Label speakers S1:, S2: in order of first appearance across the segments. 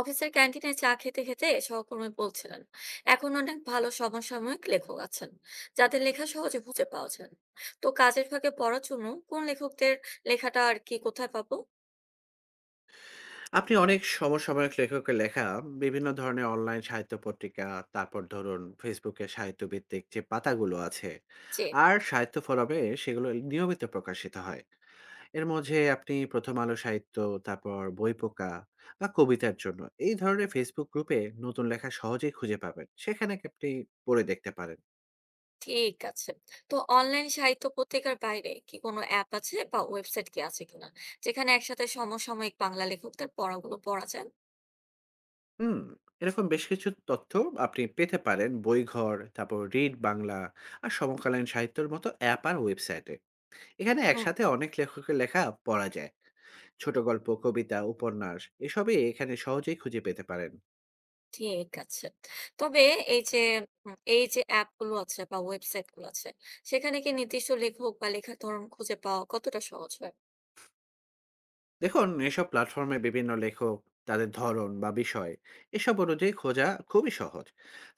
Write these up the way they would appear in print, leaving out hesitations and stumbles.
S1: অফিসের ক্যান্টিনে চা খেতে খেতে সহকর্মী বলছিলেন এখন অনেক ভালো সমসাময়িক লেখক আছেন যাদের লেখা সহজে খুঁজে পাওয়া যায়। তো কাজের ফাঁকে পড়ার জন্য কোন লেখকদের লেখাটা আর কি কোথায় পাবো?
S2: আপনি অনেক সমসাময়িক লেখকের লেখা বিভিন্ন ধরনের অনলাইন সাহিত্য পত্রিকা, তারপর ধরুন ফেসবুকে সাহিত্যভিত্তিক যে পাতাগুলো আছে,
S1: যে,
S2: আর সাহিত্য ফোরামে সেগুলো নিয়মিত প্রকাশিত হয়। এর মাঝে আপনি ১ম আলো সাহিত্য, তারপর বইপোকা বা কবিতার জন্য এই ধরনের ফেসবুক গ্রুপে নতুন লেখা সহজেই খুঁজে পাবেন। সেখানে আপনি পড়ে দেখতে পারেন।
S1: ঠিক আছে। তো অনলাইন সাহিত্য পত্রিকার বাইরে কি কোনো অ্যাপ আছে বা ওয়েবসাইট কি আছে কিনা, যেখানে একসাথে সমসাময়িক বাংলা লেখকদের পড়াগুলো পড়া যায়?
S2: হুম? এরকম বেশ কিছু তথ্য আপনি পেতে পারেন বইঘর, তারপর রিড বাংলা আর সমকালীন সাহিত্যের মতো অ্যাপ আর ওয়েবসাইটে। এখানে
S1: হুম,
S2: একসাথে অনেক লেখকের লেখা পড়া যায়। ছোট গল্প, কবিতা, উপন্যাস এসবই এখানে সহজেই খুঁজে পেতে পারেন।
S1: ঠিক আছে। তবে এই যে এই যে অ্যাপগুলো আছে বা ওয়েবসাইটগুলো আছে, সেখানে কি নির্দিষ্ট লেখক বা লেখার ধরন খুঁজে পাওয়া কতটা সহজ হয়?
S2: দেখুন, এসব প্ল্যাটফর্মে বিভিন্ন লেখক তাদের ধরন বা বিষয় এসব অনুযায়ী খোঁজা খুবই সহজ।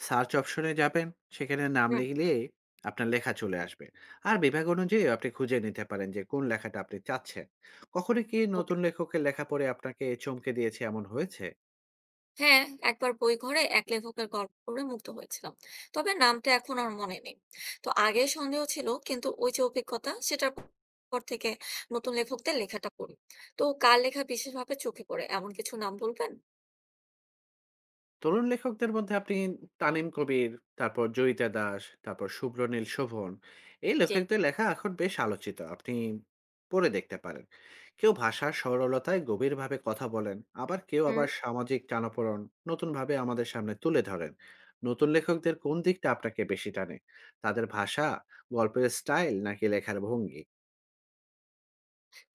S2: সার্চ অপশনে যাবেন, সেখানে নাম
S1: হুম,
S2: লিখলে আপনার লেখা চলে আসবে। আর বিভাগ অনুযায়ী আপনি খুঁজে নিতে পারেন যে কোন লেখাটা আপনি চাচ্ছেন। কখনো কি
S1: ওকে।
S2: নতুন লেখকের লেখা পড়ে আপনাকে চমকে দিয়েছে এমন হয়েছে?
S1: হ্যাঁ, একবার বই ঘরে এক লেখকের গল্প পড়ে মুগ্ধ হয়েছিলাম। তবে নামটা এখন আর মনে নেই। তো আগে সন্দেহ ছিল, কিন্তু ওই যে অভিজ্ঞতা সেটার পর থেকে নতুন লেখকদের লেখাটা পড়ি। তো কার লেখা বিশেষভাবে চোখে পড়ে এমন কিছু নাম বলবেন?
S2: তরুণ লেখকদের মধ্যে আপনি তানিম কবির, তারপর জয়িতা দাস, তারপর শুভ্রনীল শোভন। এই
S1: জি।
S2: লেখকদের লেখা এখন বেশ আলোচিত। আপনি পড়ে দেখতে পারেন। কেউ ভাষার সরলতায় গভীরভাবে কথা বলেন, আবার কেউ আবার সামাজিক টানাপোড়েন নতুনভাবে আমাদের সামনে তুলে ধরেন। নতুন লেখকদের কোন দিকটা আপনাকে বেশি টানে? তাদের ভাষা, গল্পের স্টাইল নাকি লেখার ভঙ্গি?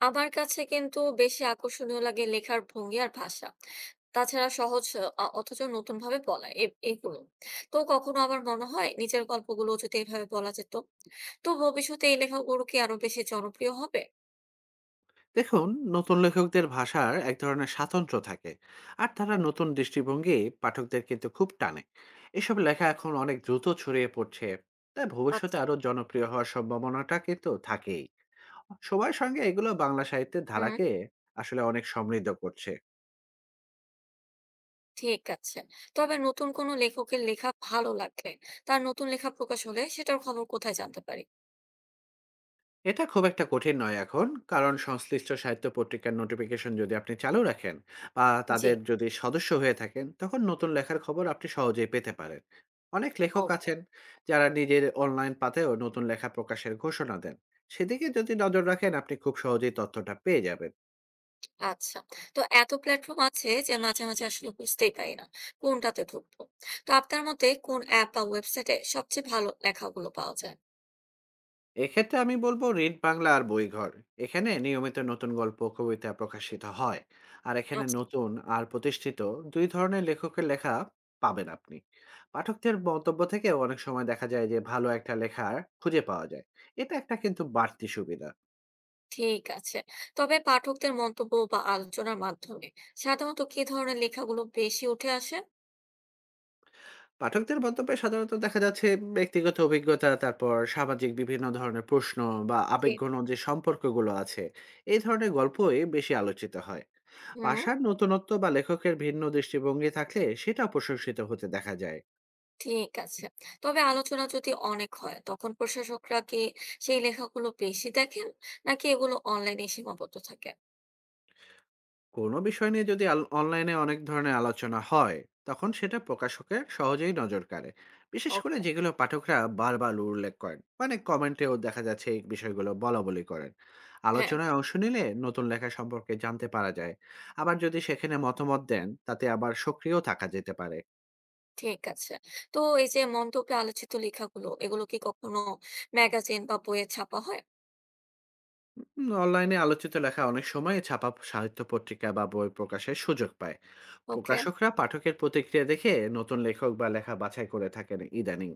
S1: আমার কাছে কিন্তু বেশি আকর্ষণীয় লাগে লেখার ভঙ্গি আর ভাষা। তাছাড়া সহজ অথচ নতুনভাবে বলা এগুলো। তো কখনো আমার মনে হয় নিজের গল্পগুলো যদি এভাবে বলা যেত। তো ভবিষ্যতে এই লেখাগুলো কি আরো বেশি জনপ্রিয় হবে?
S2: দেখুন, নতুন লেখকদের ভাষার এক ধরনের স্বাতন্ত্র্য থাকে আর তারা নতুন দৃষ্টিভঙ্গি পাঠকদের কিন্তু খুব টানে। এসব লেখা এখন অনেক দ্রুত ছড়িয়ে পড়ছে, তাই ভবিষ্যতে
S1: আচ্ছা।
S2: আরো জনপ্রিয় হওয়ার সম্ভাবনাটা কিন্তু থাকেই। সময়ের সঙ্গে এগুলো বাংলা সাহিত্যের
S1: হুম,
S2: ধারাকে আসলে অনেক সমৃদ্ধ করছে।
S1: ঠিক আছে। তবে নতুন কোনো লেখকের লেখা ভালো লাগলে, তার নতুন লেখা প্রকাশ হলে সেটার খবর কোথায় জানতে পারি?
S2: এটা খুব একটা কঠিন নয় এখন, কারণ সংশ্লিষ্ট সাহিত্য পত্রিকার নোটিফিকেশন যদি আপনি চালু রাখেন বা
S1: জি,
S2: তাদের যদি সদস্য হয়ে থাকেন তখন নতুন লেখার খবর আপনি সহজেই পেতে পারেন। অনেক লেখক
S1: ওকে।
S2: আছেন যারা নিজের অনলাইন পাতেও নতুন লেখা প্রকাশের ঘোষণা দেন। সেদিকে যদি নজর রাখেন আপনি খুব সহজেই তথ্যটা পেয়ে যাবেন।
S1: আচ্ছা। তো এত প্ল্যাটফর্ম আছে যে মাঝে, মাঝে আসলে বুঝতেই পারি না কোনটাতে ঢুকবো। তো আপনার মতে কোন অ্যাপ বা ওয়েবসাইটে সবচেয়ে ভালো লেখাগুলো পাওয়া যায়?
S2: এক্ষেত্রে আমি বলব রেড বাংলা আর বইঘর। এখানে নিয়মিত নতুন গল্প, কবিতা প্রকাশিত হয়। আর এখানে
S1: আচ্ছা,
S2: নতুন আর প্রতিষ্ঠিত ২ ধরনের লেখকের লেখা পাবেন আপনি। পাঠকদের মন্তব্য থেকেও অনেক সময় দেখা যায় যে ভালো একটা লেখা খুঁজে পাওয়া যায়। এটা একটা কিন্তু বাড়তি সুবিধা।
S1: ঠিক আছে। তবে পাঠকদের মন্তব্য বা আলোচনার মাধ্যমে সাধারণত কি ধরনের লেখাগুলো বেশি উঠে আসে?
S2: পাঠকদের মন্তব্যে সাধারণত দেখা যাচ্ছে ব্যক্তিগত অভিজ্ঞতা, তারপর সামাজিক বিভিন্ন ধরনের প্রশ্ন বা
S1: জি।
S2: আবেগঘন যে সম্পর্কগুলো আছে, এই ধরনের গল্পই বেশি আলোচিত হয়।
S1: হুম,
S2: ভাষার নতুনত্ব বা লেখকের ভিন্ন দৃষ্টিভঙ্গি থাকলে সেটা প্রশংসিত হতে দেখা যায়।
S1: ঠিক আছে। তবে আলোচনা যদি অনেক হয়, তখন প্রশাসকরা কি সেই লেখাগুলো বেশি দেখেন নাকি এগুলো অনলাইনে সীমাবদ্ধ থাকে?
S2: কোনো বিষয় নিয়ে যদি অনলাইনে অনেক ধরনের আলোচনা হয় তখন সেটা প্রকাশকের সহজেই নজর কাড়ে। বিশেষ করে
S1: ওকে,
S2: যেগুলো পাঠকরা বারবার উল্লেখ করেন, অনেক কমেন্টেও দেখা যাচ্ছে এই বিষয়গুলো বলা বলি করেন।
S1: হ্যাঁ।
S2: আলোচনায় অংশ নিলে নতুন লেখা সম্পর্কে জানতে পারা যায়। আবার যদি সেখানে মতামত দেন তাতে আবার সক্রিয় থাকা যেতে পারে।
S1: ঠিক আছে। তো এই যে মন্তব্যে আলোচিত লেখাগুলো, এগুলো কি কখনো ম্যাগাজিন বা বইয়ে ছাপা হয়?
S2: অনলাইনে আলোচিত লেখা অনেক সময় ছাপা সাহিত্য পত্রিকা বা বই প্রকাশের সুযোগ পায়।
S1: ওকে,
S2: প্রকাশকরা পাঠকের প্রতিক্রিয়া দেখে নতুন লেখক বা লেখা বাছাই করে থাকেন ইদানিং।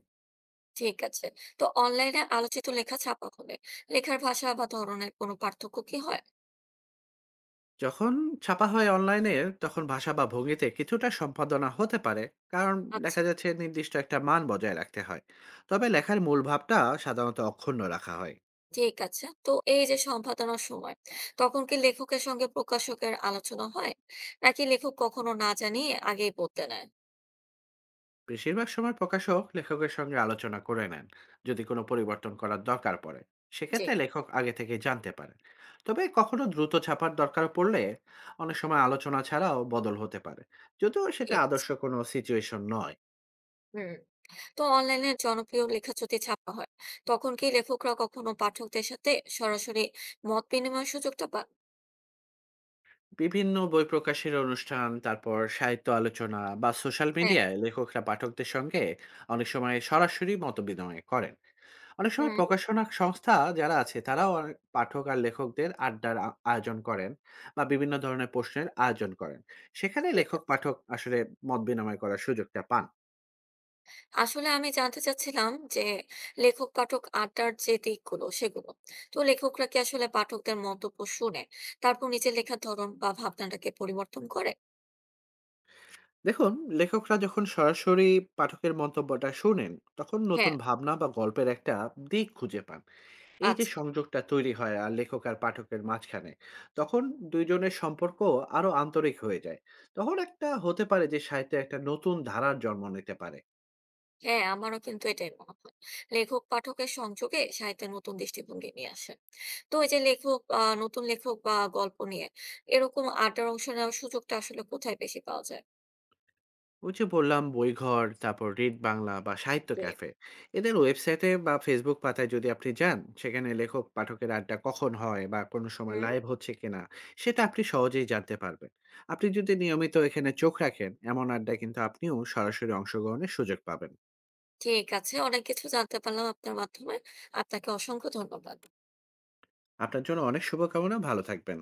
S1: ঠিক আছে। তো অনলাইনে আলোচিত লেখা ছাপা হলে লেখার ভাষা বা ধরনের কোনো পার্থক্য কি হয়?
S2: যখন ছাপা হয় অনলাইনে তখন ভাষা বা ভঙ্গিতে কিছুটা সম্পাদনা হতে পারে, কারণ
S1: আচ্ছা,
S2: দেখা যাচ্ছে নির্দিষ্ট একটা মান বজায় রাখতে হয়। তবে লেখার মূল ভাবটা সাধারণত অক্ষুণ্ণ রাখা হয়।
S1: ঠিক আছে। তো এই যে সম্পাদনার সময়, তখন কি লেখকের সঙ্গে প্রকাশকের আলোচনা হয়? নাকি লেখক কখনো না জানিয়ে আগেই বলতে নেয়?
S2: বেশিরভাগ সময় প্রকাশক লেখকের সঙ্গে আলোচনা করে নেন যদি কোনো পরিবর্তন করার দরকার পড়ে।
S1: জি,
S2: সেক্ষেত্রে লেখক আগে থেকে জানতে পারেন। তবে কখনো দ্রুত ছাপার দরকার পড়লে অনেক সময় আলোচনা ছাড়াও বদল হতে পারে, যদিও সেটা
S1: ঠিক আছে।
S2: আদর্শ কোনো সিচুয়েশন নয়।
S1: হুম। তো অনলাইনে জনপ্রিয় লেখা যদি ছাপা হয়, তখন কি লেখকরা কখনো পাঠকদের সাথে সরাসরি মত বিনিময়ের সুযোগটা পান?
S2: বিভিন্ন বই প্রকাশের অনুষ্ঠান, তারপর সাহিত্য আলোচনা বা সোশ্যাল
S1: হ্যাঁ,
S2: মিডিয়ায় লেখকরা পাঠকদের সঙ্গে অনেক সময় সরাসরি মতবিনিময় করেন। অনেক সময়
S1: হুম,
S2: প্রকাশনা সংস্থা যারা আছে তারাও অনেক পাঠক আর লেখকদের আড্ডার আয়োজন করেন বা বিভিন্ন ধরনের প্রশ্নের আয়োজন করেন। সেখানে
S1: ঠিক
S2: লেখক
S1: আছে।
S2: পাঠক আসলে মত বিনিময় করার সুযোগটা পান।
S1: আসলে আমি জানতে চাচ্ছিলাম যে লেখক পাঠক আড্ডার যে দিকগুলো সেগুলো, তো লেখকরা কি আসলে পাঠকদের মন্তব্য শুনে তারপর নিজের লেখার ধরন বা ভাবনাটাকে পরিবর্তন করে?
S2: দেখুন, লেখকরা যখন সরাসরি পাঠকের মন্তব্যটা শুনেন তখন
S1: হ্যাঁ,
S2: নতুন ভাবনা বা গল্পের একটা দিক খুঁজে পান। এই যে
S1: আচ্ছা।
S2: সংযোগটা তৈরি হয় আর লেখক আর পাঠকের মাঝখানে, তখন দুইজনের সম্পর্ক আরো আন্তরিক হয়ে যায়। তখন একটা হতে পারে যে সাহিত্যে একটা নতুন ধারার জন্ম নিতে পারে।
S1: হ্যাঁ, আমারও কিন্তু এটাই মনে হয়। লেখক পাঠকের সংযোগে সাহিত্যে নতুন দৃষ্টিভঙ্গি নিয়ে আসে। তো এই যে লেখক নতুন লেখক বা গল্প নিয়ে এরকম আড্ডার অংশ নেওয়ার সুযোগটা আসলে কোথায় বেশি পাওয়া যায়?
S2: ওই যে বললাম বইঘর, তারপর রিড বাংলা বা সাহিত্য
S1: জি।
S2: ক্যাফে। এদের ওয়েবসাইটে বা ফেসবুক পাতায় যদি আপনি যান সেখানে লেখক পাঠকের আড্ডা কখন হয় বা কোনো সময়
S1: হুম,
S2: লাইভ হচ্ছে কিনা সেটা আপনি সহজেই জানতে পারবেন। আপনি যদি নিয়মিত এখানে চোখ রাখেন, এমন আড্ডা কিন্তু আপনিও সরাসরি অংশগ্রহণের সুযোগ পাবেন।
S1: ঠিক আছে। অনেক কিছু জানতে পারলাম আপনার মাধ্যমে। আপনাকে অসংখ্য ধন্যবাদ।
S2: আপনার জন্য অনেক শুভকামনা, ভালো থাকবেন।